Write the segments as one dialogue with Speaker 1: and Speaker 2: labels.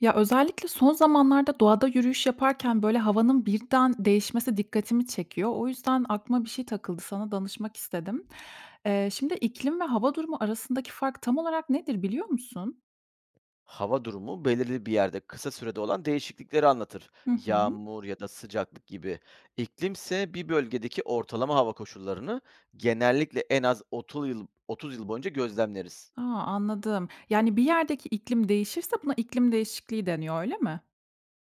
Speaker 1: Ya, özellikle son zamanlarda doğada yürüyüş yaparken, böyle, havanın birden değişmesi dikkatimi çekiyor. O yüzden aklıma bir şey takıldı, sana danışmak istedim. Şimdi iklim ve hava durumu arasındaki fark tam olarak nedir biliyor musun?
Speaker 2: Hava durumu belirli bir yerde kısa sürede olan değişiklikleri anlatır.
Speaker 1: Hı hı.
Speaker 2: Yağmur ya da sıcaklık gibi. İklimse bir bölgedeki ortalama hava koşullarını genellikle en az 30 yıl boyunca gözlemleriz.
Speaker 1: A, anladım. Yani bir yerdeki iklim değişirse buna iklim değişikliği deniyor, öyle mi?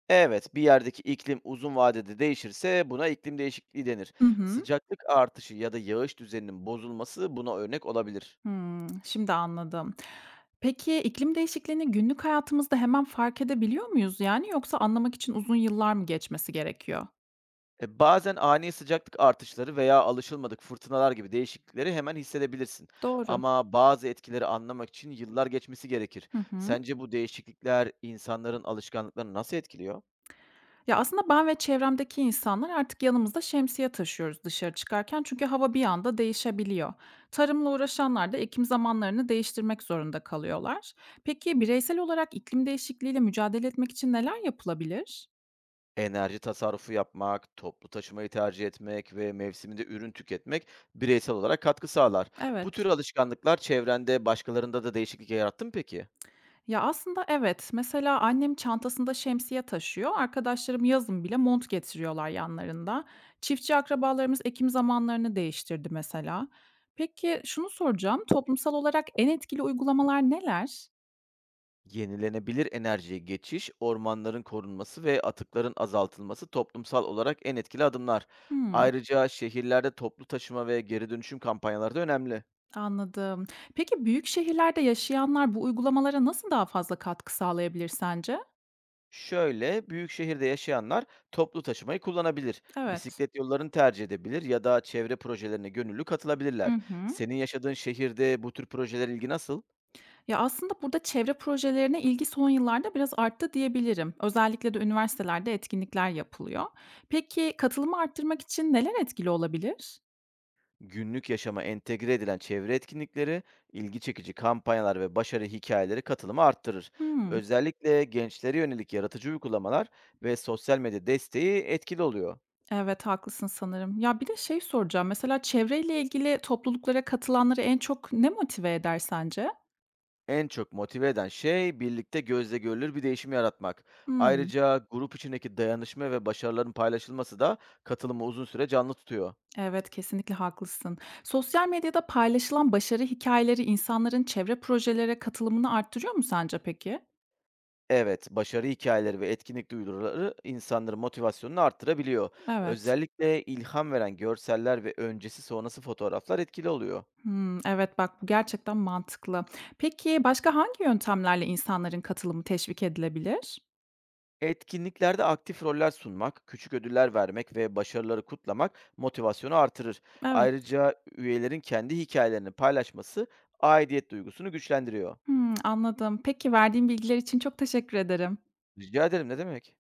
Speaker 2: Evet, bir yerdeki iklim uzun vadede değişirse buna iklim değişikliği denir.
Speaker 1: Hı hı.
Speaker 2: Sıcaklık artışı ya da yağış düzeninin bozulması buna örnek olabilir.
Speaker 1: Hımm, şimdi anladım. Peki, iklim değişikliğini günlük hayatımızda hemen fark edebiliyor muyuz yani yoksa anlamak için uzun yıllar mı geçmesi gerekiyor?
Speaker 2: Bazen ani sıcaklık artışları veya alışılmadık fırtınalar gibi değişiklikleri hemen hissedebilirsin.
Speaker 1: Doğru.
Speaker 2: Ama bazı etkileri anlamak için yıllar geçmesi gerekir.
Speaker 1: Hı hı.
Speaker 2: Sence bu değişiklikler insanların alışkanlıklarını nasıl etkiliyor?
Speaker 1: Ya, aslında ben ve çevremdeki insanlar artık yanımızda şemsiye taşıyoruz dışarı çıkarken çünkü hava bir anda değişebiliyor. Tarımla uğraşanlar da ekim zamanlarını değiştirmek zorunda kalıyorlar. Peki bireysel olarak iklim değişikliğiyle mücadele etmek için neler yapılabilir?
Speaker 2: Enerji tasarrufu yapmak, toplu taşımayı tercih etmek ve mevsiminde ürün tüketmek bireysel olarak katkı sağlar. Bu tür
Speaker 1: Evet.
Speaker 2: alışkanlıklar çevrende başkalarında da değişiklik yarattı mı peki?
Speaker 1: Ya, aslında evet. Mesela annem çantasında şemsiye taşıyor. Arkadaşlarım yazın bile mont getiriyorlar yanlarında. Çiftçi akrabalarımız ekim zamanlarını değiştirdi mesela. Peki şunu soracağım, toplumsal olarak en etkili uygulamalar neler?
Speaker 2: Yenilenebilir enerjiye geçiş, ormanların korunması ve atıkların azaltılması toplumsal olarak en etkili adımlar.
Speaker 1: Hımm,
Speaker 2: Ayrıca şehirlerde toplu taşıma ve geri dönüşüm kampanyaları da önemli.
Speaker 1: anladım. Peki, büyük şehirlerde yaşayanlar bu uygulamalara nasıl daha fazla katkı sağlayabilir sence?
Speaker 2: Şöyle, büyük şehirde yaşayanlar toplu taşımayı kullanabilir,
Speaker 1: Evet.
Speaker 2: bisiklet yollarını tercih edebilir ya da çevre projelerine gönüllü
Speaker 1: Hı
Speaker 2: katılabilirler.
Speaker 1: hı.
Speaker 2: Senin yaşadığın şehirde bu tür projeler ilgi nasıl?
Speaker 1: Ya, aslında burada çevre projelerine ilgi son yıllarda biraz arttı diyebilirim. Özellikle de üniversitelerde etkinlikler yapılıyor. Peki, katılımı arttırmak için neler etkili olabilir?
Speaker 2: Günlük yaşama entegre edilen çevre etkinlikleri, ilgi çekici kampanyalar ve başarı hikayeleri katılımı arttırır.
Speaker 1: Hımm.
Speaker 2: Özellikle gençlere yönelik yaratıcı uygulamalar ve sosyal medya desteği etkili oluyor.
Speaker 1: Evet, haklısın sanırım. Ya, bir de şey soracağım, mesela çevreyle ilgili topluluklara katılanları en çok ne motive eder sence?
Speaker 2: En çok motive eden şey birlikte gözle görülür bir değişim yaratmak.
Speaker 1: Hımm.
Speaker 2: Ayrıca grup içindeki dayanışma ve başarıların paylaşılması da katılımı uzun süre canlı tutuyor.
Speaker 1: Evet, kesinlikle haklısın. Sosyal medyada paylaşılan başarı hikayeleri insanların çevre projelere katılımını arttırıyor mu sence peki?
Speaker 2: Evet, başarı hikayeleri ve etkinlik duyuruları insanların motivasyonunu arttırabiliyor.
Speaker 1: Evet.
Speaker 2: Özellikle ilham veren görseller ve öncesi sonrası fotoğraflar etkili oluyor.
Speaker 1: Hımm, evet, bak bu gerçekten mantıklı. Peki başka hangi yöntemlerle insanların katılımı teşvik edilebilir?
Speaker 2: Etkinliklerde aktif roller sunmak, küçük ödüller vermek ve başarıları kutlamak motivasyonu artırır.
Speaker 1: Evet.
Speaker 2: Ayrıca üyelerin kendi hikayelerini paylaşması aidiyet duygusunu güçlendiriyor.
Speaker 1: Hımm, anladım. Peki verdiğin bilgiler için çok teşekkür ederim.
Speaker 2: Rica ederim, ne demek?